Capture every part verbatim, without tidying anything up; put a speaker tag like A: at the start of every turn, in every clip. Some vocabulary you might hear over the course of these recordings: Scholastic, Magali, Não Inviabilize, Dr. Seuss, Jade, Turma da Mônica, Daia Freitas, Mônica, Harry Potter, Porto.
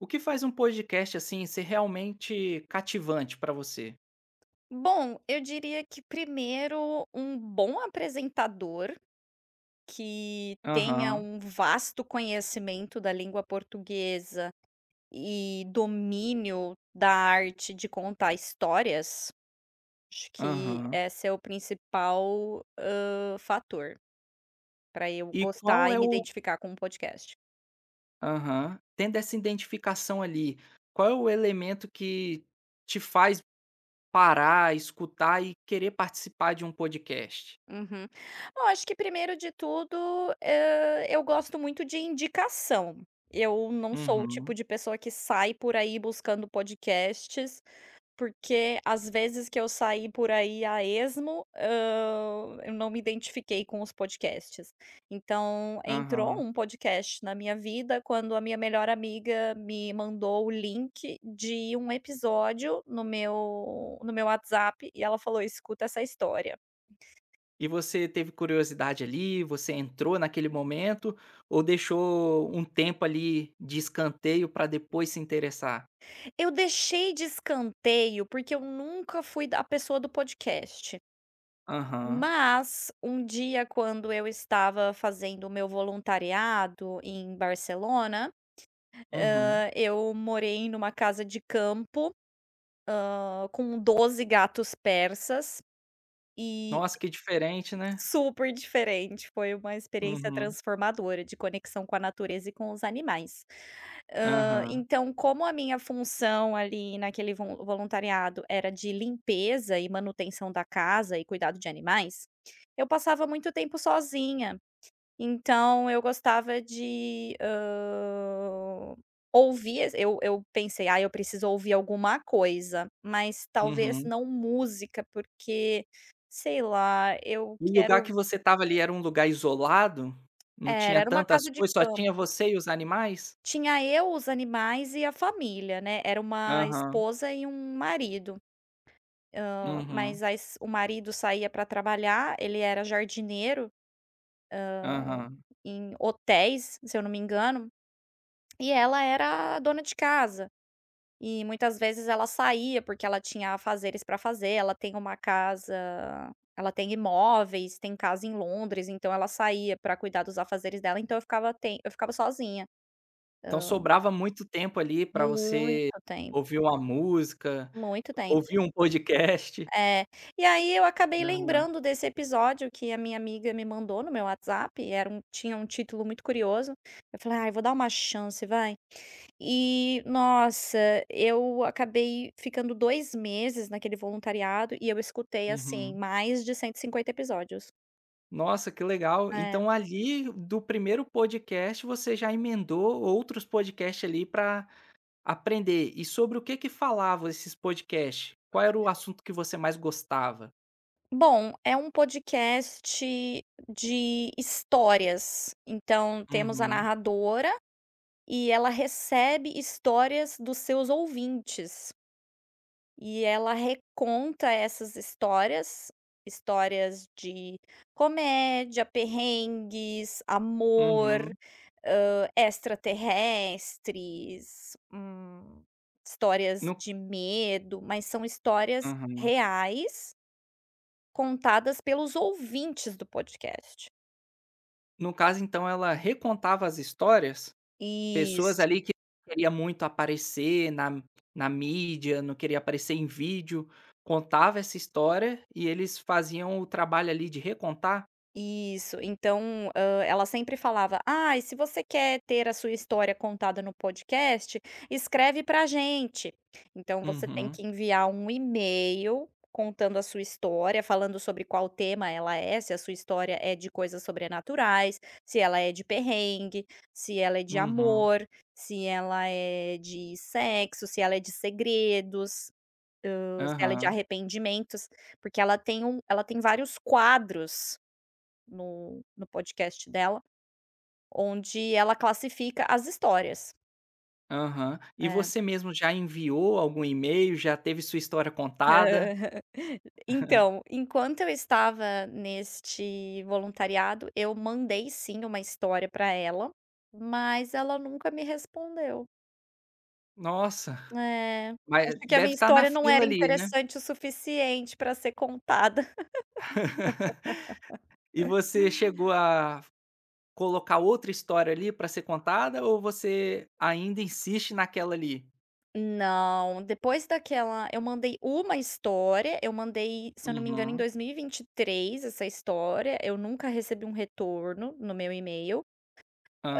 A: O que faz um podcast, assim, ser realmente cativante pra você?
B: Bom, eu diria que primeiro um bom apresentador que tenha
A: Aham,
B: um vasto conhecimento da língua portuguesa e domínio da arte de contar histórias. Acho que
A: aham.
B: esse é o principal, hã, fator para eu
A: E qual
B: gostar e
A: é
B: me
A: o
B: identificar com o podcast.
A: aham. Tendo essa identificação ali, qual é o elemento que te faz parar, escutar e querer participar de um podcast?
B: Uhum. Bom, acho que primeiro de tudo, eh, eu gosto muito de indicação. Eu não sou o tipo
A: Uhum,
B: de pessoa que sai por aí buscando podcasts, porque às vezes que eu saí por aí a esmo, hã, eu não me identifiquei com os podcasts. Então, entrou
A: aham.
B: um podcast na minha vida quando a minha melhor amiga me mandou o link de um episódio no meu no meu WhatsApp, e ela falou: "Escuta essa história".
A: E você teve curiosidade ali, você entrou naquele momento ou deixou um tempo ali de escanteio pra depois se interessar?
B: Eu deixei de escanteio, porque eu nunca fui da a pessoa do podcast.
A: Aham,
B: Mas, um dia, quando eu estava fazendo o meu voluntariado em Barcelona,
A: uhum.
B: hã, eu morei numa casa de campo, hã, com doze gatos persas, e.
A: Nossa, que diferente, né?
B: Super diferente, foi uma experiência
A: Uhum.
B: transformadora de conexão com a natureza e com os animais. Hã,
A: Aham.
B: então, como a minha função ali naquele von voluntariado era de limpeza e manutenção da casa e cuidado de animais, eu passava muito tempo sozinha. Então eu gostava de, hã, ouvir es eu eu pensei: "Ah, eu preciso ouvir alguma coisa", mas talvez
A: Uhum.
B: não música, porque, sei lá, eu
A: O lugar que
B: quero.
A: você estava ali era um lugar isolado? Não
B: era,
A: tinha
B: era uma
A: tantas
B: casa de
A: coisas, só tinha
B: campo.
A: você e os animais?
B: Tinha eu, os animais e a família, né, era uma
A: Aham.
B: esposa e um marido, hã,
A: Uhum.
B: mas a es o marido saía para trabalhar, ele era jardineiro
A: Aham.
B: em hotéis, se eu não me engano, e ela era a dona de casa. E muitas vezes ela saía, porque ela tinha afazeres para fazer, ela tem uma casa ela tem imóveis, tem casa em Londres. Então ela saía para cuidar dos afazeres dela. Então eu ficava tem eu ficava sozinha.
A: Então sobrava muito tempo ali pra você
B: Muito tempo.
A: ouvir uma música,
B: Muito
A: ouvir
B: tempo.
A: um podcast.
B: É. E aí eu acabei
A: Aham.
B: lembrando desse episódio que a minha amiga me mandou no meu WhatsApp, era um tinha um título muito curioso. Eu falei: "Ai, vou dar uma chance, vai". E, nossa, eu acabei ficando dois meses naquele voluntariado, e eu escutei, assim,
A: Uhum.
B: mais de cento e cinquenta episódios.
A: Nossa, que legal.
B: É.
A: Então ali do primeiro podcast você já emendou outros podcasts ali pra aprender. E sobre o que que falavam esses podcasts? Qual era o assunto que você mais gostava?
B: Bom, é um podcast de histórias, então temos a
A: Uhum,
B: narradora. E ela recebe histórias dos seus ouvintes, e ela reconta essas histórias, histórias de comédia, perrengues, amor,
A: uhum.
B: hã, extraterrestres, hum, histórias
A: No
B: de medo, mas são histórias
A: aham.
B: reais contadas pelos ouvintes do podcast.
A: No caso, então, ela recontava as histórias, pessoas
B: Isso.
A: ali que não queria muito aparecer na na mídia, não queria aparecer em vídeo, contava essa história e eles faziam o trabalho ali de recontar?
B: Isso, então, hã, ela sempre falava: "Ah, e se você quer ter a sua história contada no podcast, escreve pra gente. Então você tem
A: Uhum,
B: que enviar um e-mail contando a sua história, falando sobre qual tema ela é, se a sua história é de coisas sobrenaturais, se ela é de perrengue, se ela é de
A: uhum,
B: amor, se ela é de sexo, se ela é de segredos, hã, se ela é de
A: aham,
B: arrependimentos", porque ela tem um ela tem vários quadros no no podcast dela, onde ela classifica as histórias.
A: aham. E
B: É.
A: você mesmo já enviou algum e-mail, já teve sua história contada?
B: Então, enquanto eu estava neste voluntariado, eu mandei sim uma história para ela, mas ela nunca me respondeu.
A: Nossa.
B: É,
A: Mas
B: acho que a
A: deve
B: minha
A: estar na
B: história não
A: fila
B: era
A: ali, né.
B: interessante o suficiente para ser contada.
A: E você chegou a colocar outra história ali para ser contada ou você ainda insiste naquela ali?
B: Não, depois daquela eu mandei uma história, eu mandei, se eu não me engano, em
A: Uhum,
B: dois mil e e vinte e três essa história. Eu nunca recebi um retorno no meu e-mail,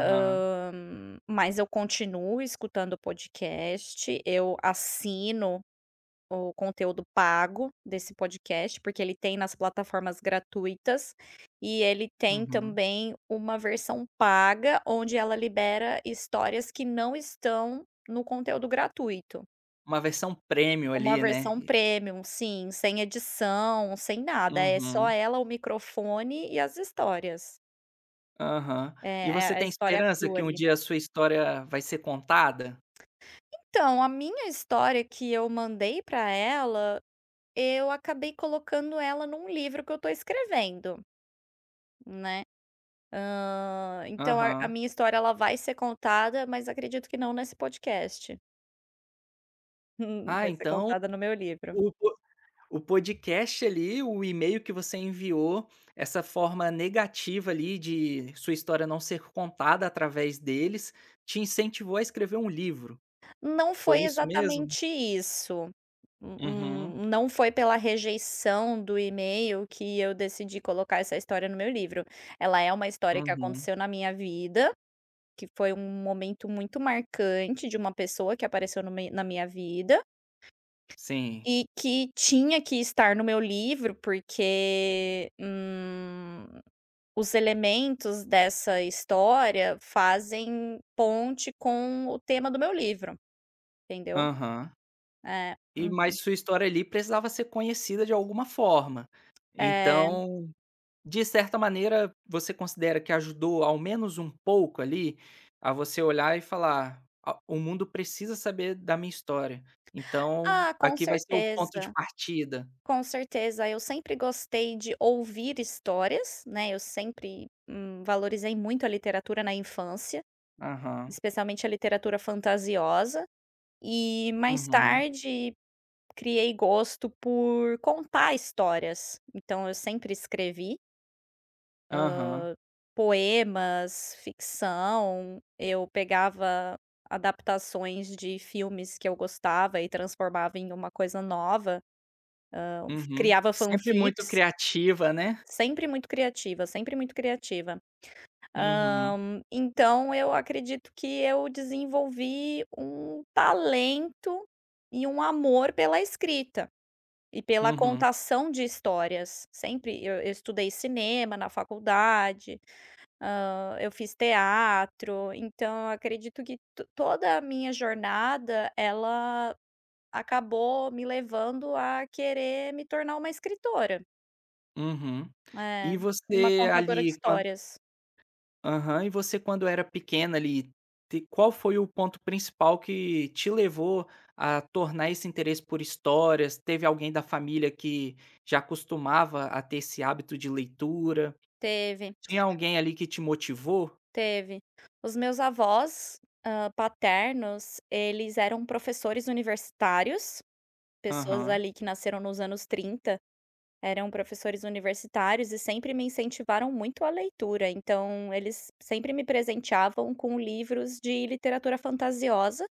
B: hã, mas eu continuo escutando o podcast, eu assino o conteúdo pago desse podcast, porque ele tem nas plataformas gratuitas, e ele tem
A: uhum.
B: também uma versão paga, onde ela libera histórias que não estão no conteúdo gratuito.
A: Uma versão premium
B: Uma
A: ali, né.
B: versão premium, sim, sem edição, sem nada, é só
A: Uhum,
B: ela, o microfone e as histórias.
A: aham.
B: É
A: E
B: é
A: você
B: a
A: tem
B: história
A: esperança
B: crua
A: que um
B: ali.
A: dia a sua história vai ser contada?
B: Então, a minha história que eu mandei para ela, eu acabei colocando ela num livro que eu tô escrevendo, né. Hã, então a a
A: Aham.
B: minha história ela vai ser contada, mas acredito que não nesse podcast.
A: Ah,
B: Vai ser
A: então
B: contada no meu livro.
A: o O podcast ali, o e-mail que você enviou, essa forma negativa ali de sua história não ser contada através deles, te incentivou a escrever um livro.
B: Não
A: Foi
B: foi
A: isso mesmo?
B: exatamente isso.
A: Uhum,
B: Hum, não foi pela rejeição do e-mail que eu decidi colocar essa história no meu livro. Ela é uma história que
A: uhum,
B: aconteceu na minha vida, que foi um momento muito marcante de uma pessoa que apareceu no mei na minha vida,
A: sim,
B: e que tinha que estar no meu livro, porque, hum, os elementos dessa história fazem ponte com o tema do meu livro, entendeu?
A: aham.
B: É.
A: E
B: Uhum.
A: mas sua história ali precisava ser conhecida de alguma forma.
B: É.
A: Então, de certa maneira, você considera que ajudou ao menos um pouco ali, a você olhar e falar: "A o mundo precisa saber da minha história, então
B: Ah, com
A: aqui vai ser o ponto de
B: certeza.
A: partida".
B: Com certeza, eu sempre gostei de ouvir histórias, né, eu sempre, hum, valorizei muito a literatura na infância,
A: Aham.
B: especialmente a literatura fantasiosa, e mais
A: Uhum.
B: tarde criei gosto por contar histórias. Então eu sempre escrevi
A: Aham.
B: poemas, ficção, eu pegava adaptações de filmes que eu gostava e transformava em uma coisa nova. Então,
A: Uhum.
B: criava
A: Sempre muito
B: fanfics.
A: criativa, né.
B: Sempre muito criativa, sempre muito criativa.
A: Uhum.
B: Hã, então eu acredito que eu desenvolvi um talento e um amor pela escrita e pela
A: Uhum.
B: contação de histórias. Sempre eu eu estudei cinema na faculdade, hã, eu fiz teatro. Então eu acredito que to toda a minha jornada, ela acabou me levando a querer me tornar uma escritora,
A: Uhum.
B: né,
A: E
B: e uma
A: você
B: contadora de
A: ali quan
B: histórias.
A: Aham. E você quando era pequena ali, te qual foi o ponto principal que te levou a tornar esse interesse por histórias? Teve alguém da família que já costumava a ter esse hábito de leitura?
B: Teve,
A: Tinha alguém ali que te motivou?
B: teve. Os meus avós, hã, paternos, eles eram professores universitários, pessoas
A: Aham.
B: ali que nasceram nos anos trinta, eram professores universitários e sempre me incentivaram muito a leitura. Então eles sempre me presenteavam com livros de literatura fantasiosa,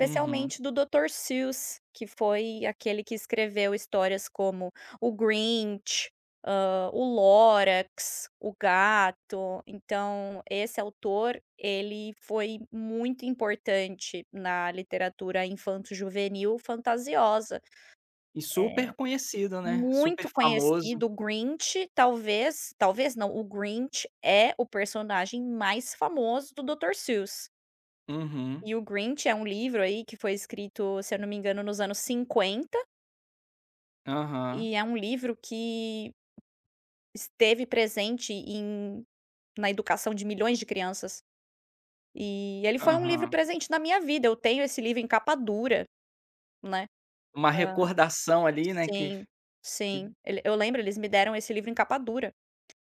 A: Uhum.
B: do Doutor Seuss, que foi aquele que escreveu histórias como o Grinch, hã, o Lorax, o Gato. Então, esse autor, ele foi muito importante na literatura infanto-juvenil fantasiosa.
A: E
B: É
A: super conhecido, né, super
B: muito
A: famoso.
B: conhecido. O Grinch talvez talvez não, o Grinch é o personagem mais famoso do Doutor Seuss.
A: Uhum.
B: E o Grinch é um livro aí que foi escrito, se eu não me engano, nos anos cinquenta,
A: Aham.
B: e é um livro que esteve presente em na educação de milhões de crianças. E ele foi um livro
A: Aham.
B: presente na minha vida, eu tenho esse livro em capa dura, né.
A: Uma
B: Hã,
A: recordação ali, né, que
B: sim,
A: que
B: sim. Ele Eu lembro, eles me deram esse livro em capa dura,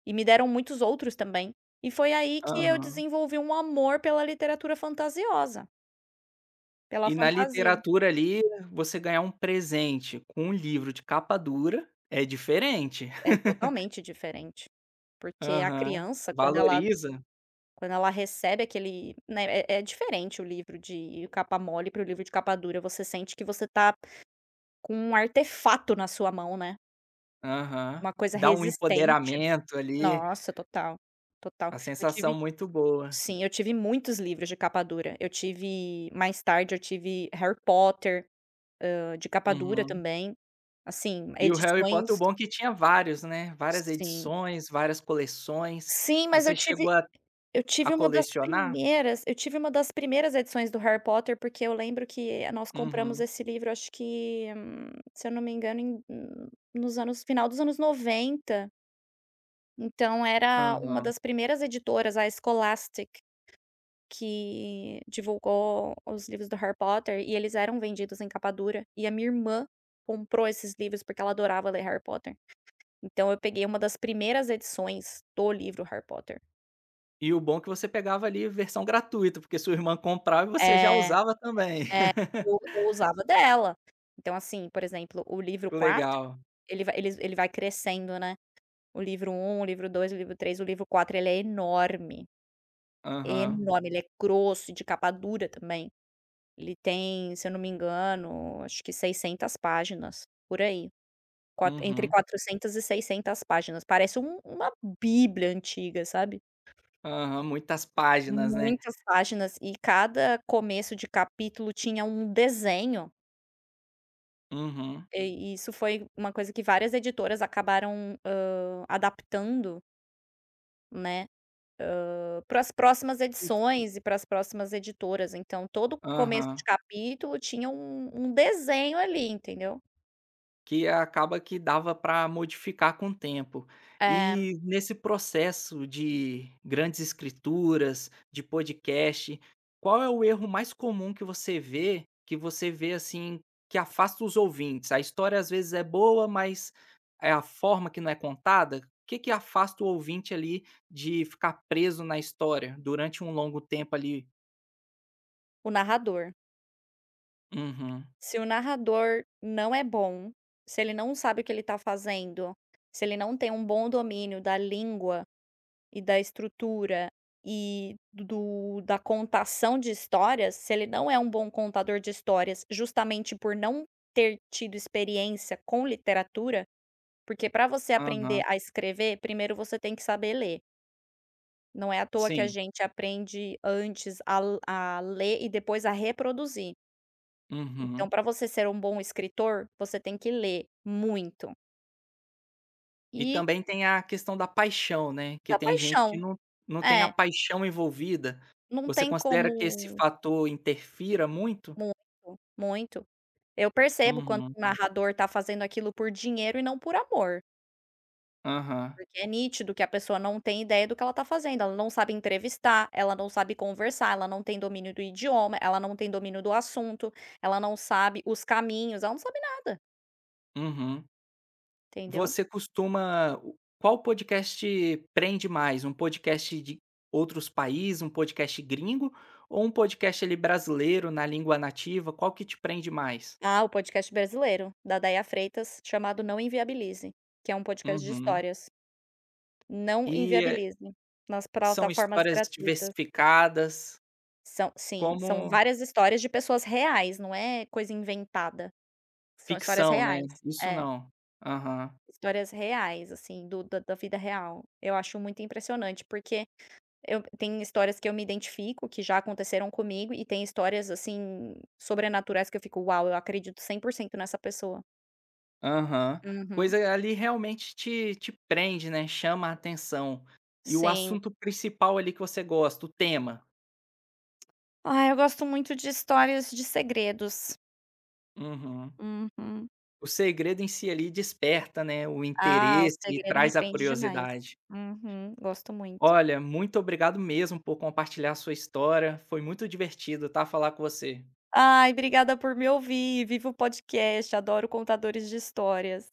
B: e me deram muitos outros também. E foi aí que eu
A: aham.
B: desenvolvi um amor pela literatura fantasiosa, pela
A: E na
B: fantasia.
A: literatura ali, você ganhar um presente com um livro de capa dura é diferente.
B: É totalmente diferente, porque a
A: Aham.
B: criança quando ela
A: Valoriza.
B: quando ela recebe aquele, né, é é diferente o livro de capa mole para o livro de capa dura, você sente que você tá com um artefato na sua mão, né,
A: Aham.
B: uma coisa
A: Dá um
B: resistente.
A: empoderamento ali,
B: Nossa, total, total.
A: a
B: Eu
A: sensação
B: tive
A: muito boa.
B: sim, eu tive muitos livros de capa dura. Eu tive mais tarde eu tive Harry Potter, hã, de capa dura
A: Uhum.
B: também, assim,
A: E o Harry
B: edições,
A: Potter, o bom é que tinha vários, né, várias
B: sim.
A: edições, várias coleções.
B: Sim, mas eu
A: Você
B: tive
A: chegou a
B: Eu
A: a
B: tive uma das
A: colecionar?
B: primeiras eu tive uma das primeiras edições do Harry Potter, porque eu lembro que nós compramos
A: Uhum.
B: esse livro, acho que, hum, se eu não me engano, em hum, nos anos final dos anos noventa. Então era uma
A: Aham.
B: das primeiras editoras, a Scholastic, que divulgou os livros do Harry Potter, e eles eram vendidos em capa dura, e a minha irmã comprou esses livros, porque ela adorava ler Harry Potter. Então eu peguei uma das primeiras edições do livro Harry Potter.
A: E o bom é que você pegava ali versão gratuita, porque sua irmã comprava e você já
B: É.
A: usava também.
B: É, eu eu usava dela. Então, assim, por exemplo, o livro
A: Que
B: quatro
A: legal.
B: ele vai eles ele vai crescendo, né. O livro um, o livro dois, o livro três, o livro quatro, ele é enorme,
A: Aham.
B: enorme, ele é grosso, de capa dura também. Ele tem, se eu não me engano, acho que seiscentas páginas, por aí. Qua entre
A: Uhum.
B: quatrocentas e seiscentas páginas, parece um uma bíblia antiga, sabe.
A: Aham, muitas páginas, né.
B: Muitas páginas, e cada começo de capítulo tinha um desenho.
A: Uhum.
B: E isso foi uma coisa que várias editoras acabaram, hã, adaptando, né, para as próximas
A: E f
B: edições e para as próximas editoras. Então, todo começo de
A: Aham.
B: capítulo tinha um um desenho ali, entendeu.
A: Que acaba que dava para modificar com o tempo.
B: É,
A: E nesse processo de grandes escrituras, de podcast, qual é o erro mais comum que você vê, que você vê, assim, que afasta os ouvintes? A história às vezes é boa, mas é a forma que não é contada. O que que afasta o ouvinte ali de ficar preso na história durante um longo tempo ali?
B: o narrador.
A: Uhum.
B: Se o narrador não é bom, se ele não sabe o que ele está fazendo, se ele não tem um bom domínio da língua e da estrutura e do da contação de histórias, se ele não é um bom contador de histórias, justamente por não ter tido experiência com literatura, porque, para você aprender
A: Aham.
B: a escrever, primeiro você tem que saber ler. Não é à toa que a
A: Sim.
B: gente aprende antes a l- a ler e depois a reproduzir. Então,
A: Uhum.
B: para você ser um bom escritor, você tem que ler muito.
A: E
B: E
A: também tem a questão da paixão, né, que
B: da
A: tem gente que
B: paixão.
A: não não tem a
B: É,
A: paixão envolvida.
B: não
A: Você
B: tem
A: considera que esse
B: como.
A: fator interfira muito?
B: Muito, muito. Eu percebo quando
A: Uhum.
B: o narrador tá fazendo aquilo por dinheiro e não por amor,
A: Aham.
B: porque é nítido que a pessoa não tem ideia do que ela tá fazendo, ela não sabe entrevistar, ela não sabe conversar, ela não tem domínio do idioma, ela não tem domínio do assunto, ela não sabe os caminhos, ela não sabe nada,
A: Uhum.
B: entendeu.
A: Você costuma o Qual podcast te prende mais? Um podcast de outros países, um podcast gringo ou um podcast ali brasileiro na língua nativa? Qual que te prende mais?
B: Ah, o podcast brasileiro, da Daia Freitas, chamado Não Inviabilize, que é um podcast de
A: Uhum.
B: histórias. Não
A: E, eh,
B: Inviabilize, nas
A: são
B: plataformas
A: histórias
B: gratuitas.
A: diversificadas?
B: São sim, são
A: Como
B: várias histórias de pessoas reais, não é coisa inventada. São histórias
A: ficção, né.
B: reais.
A: Isso
B: É,
A: não. Aham,
B: histórias reais, assim, do da da vida real. Eu acho muito impressionante, porque eu tem histórias que eu me identifico, que já aconteceram comigo, e tem histórias, assim, sobrenaturais que eu fico: "Uau, eu acredito cem por cento nessa pessoa".
A: aham.
B: Uhum.
A: Coisa ali realmente te te prende, né, chama a atenção. E o
B: Sim.
A: assunto principal ali que você gosta, o tema.
B: Ai, eu gosto muito de histórias de segredos.
A: Uhum.
B: Uhum.
A: O segredo em si ali desperta, né, o
B: Ah, o
A: interesse e
B: segredo me
A: traz a
B: prende demais.
A: curiosidade.
B: Uhum, gosto muito.
A: Olha, muito obrigado mesmo por compartilhar a sua história, foi muito divertido, tá, falar com você.
B: Ai, obrigada por me ouvir. Viva o podcast, adoro contadores de histórias.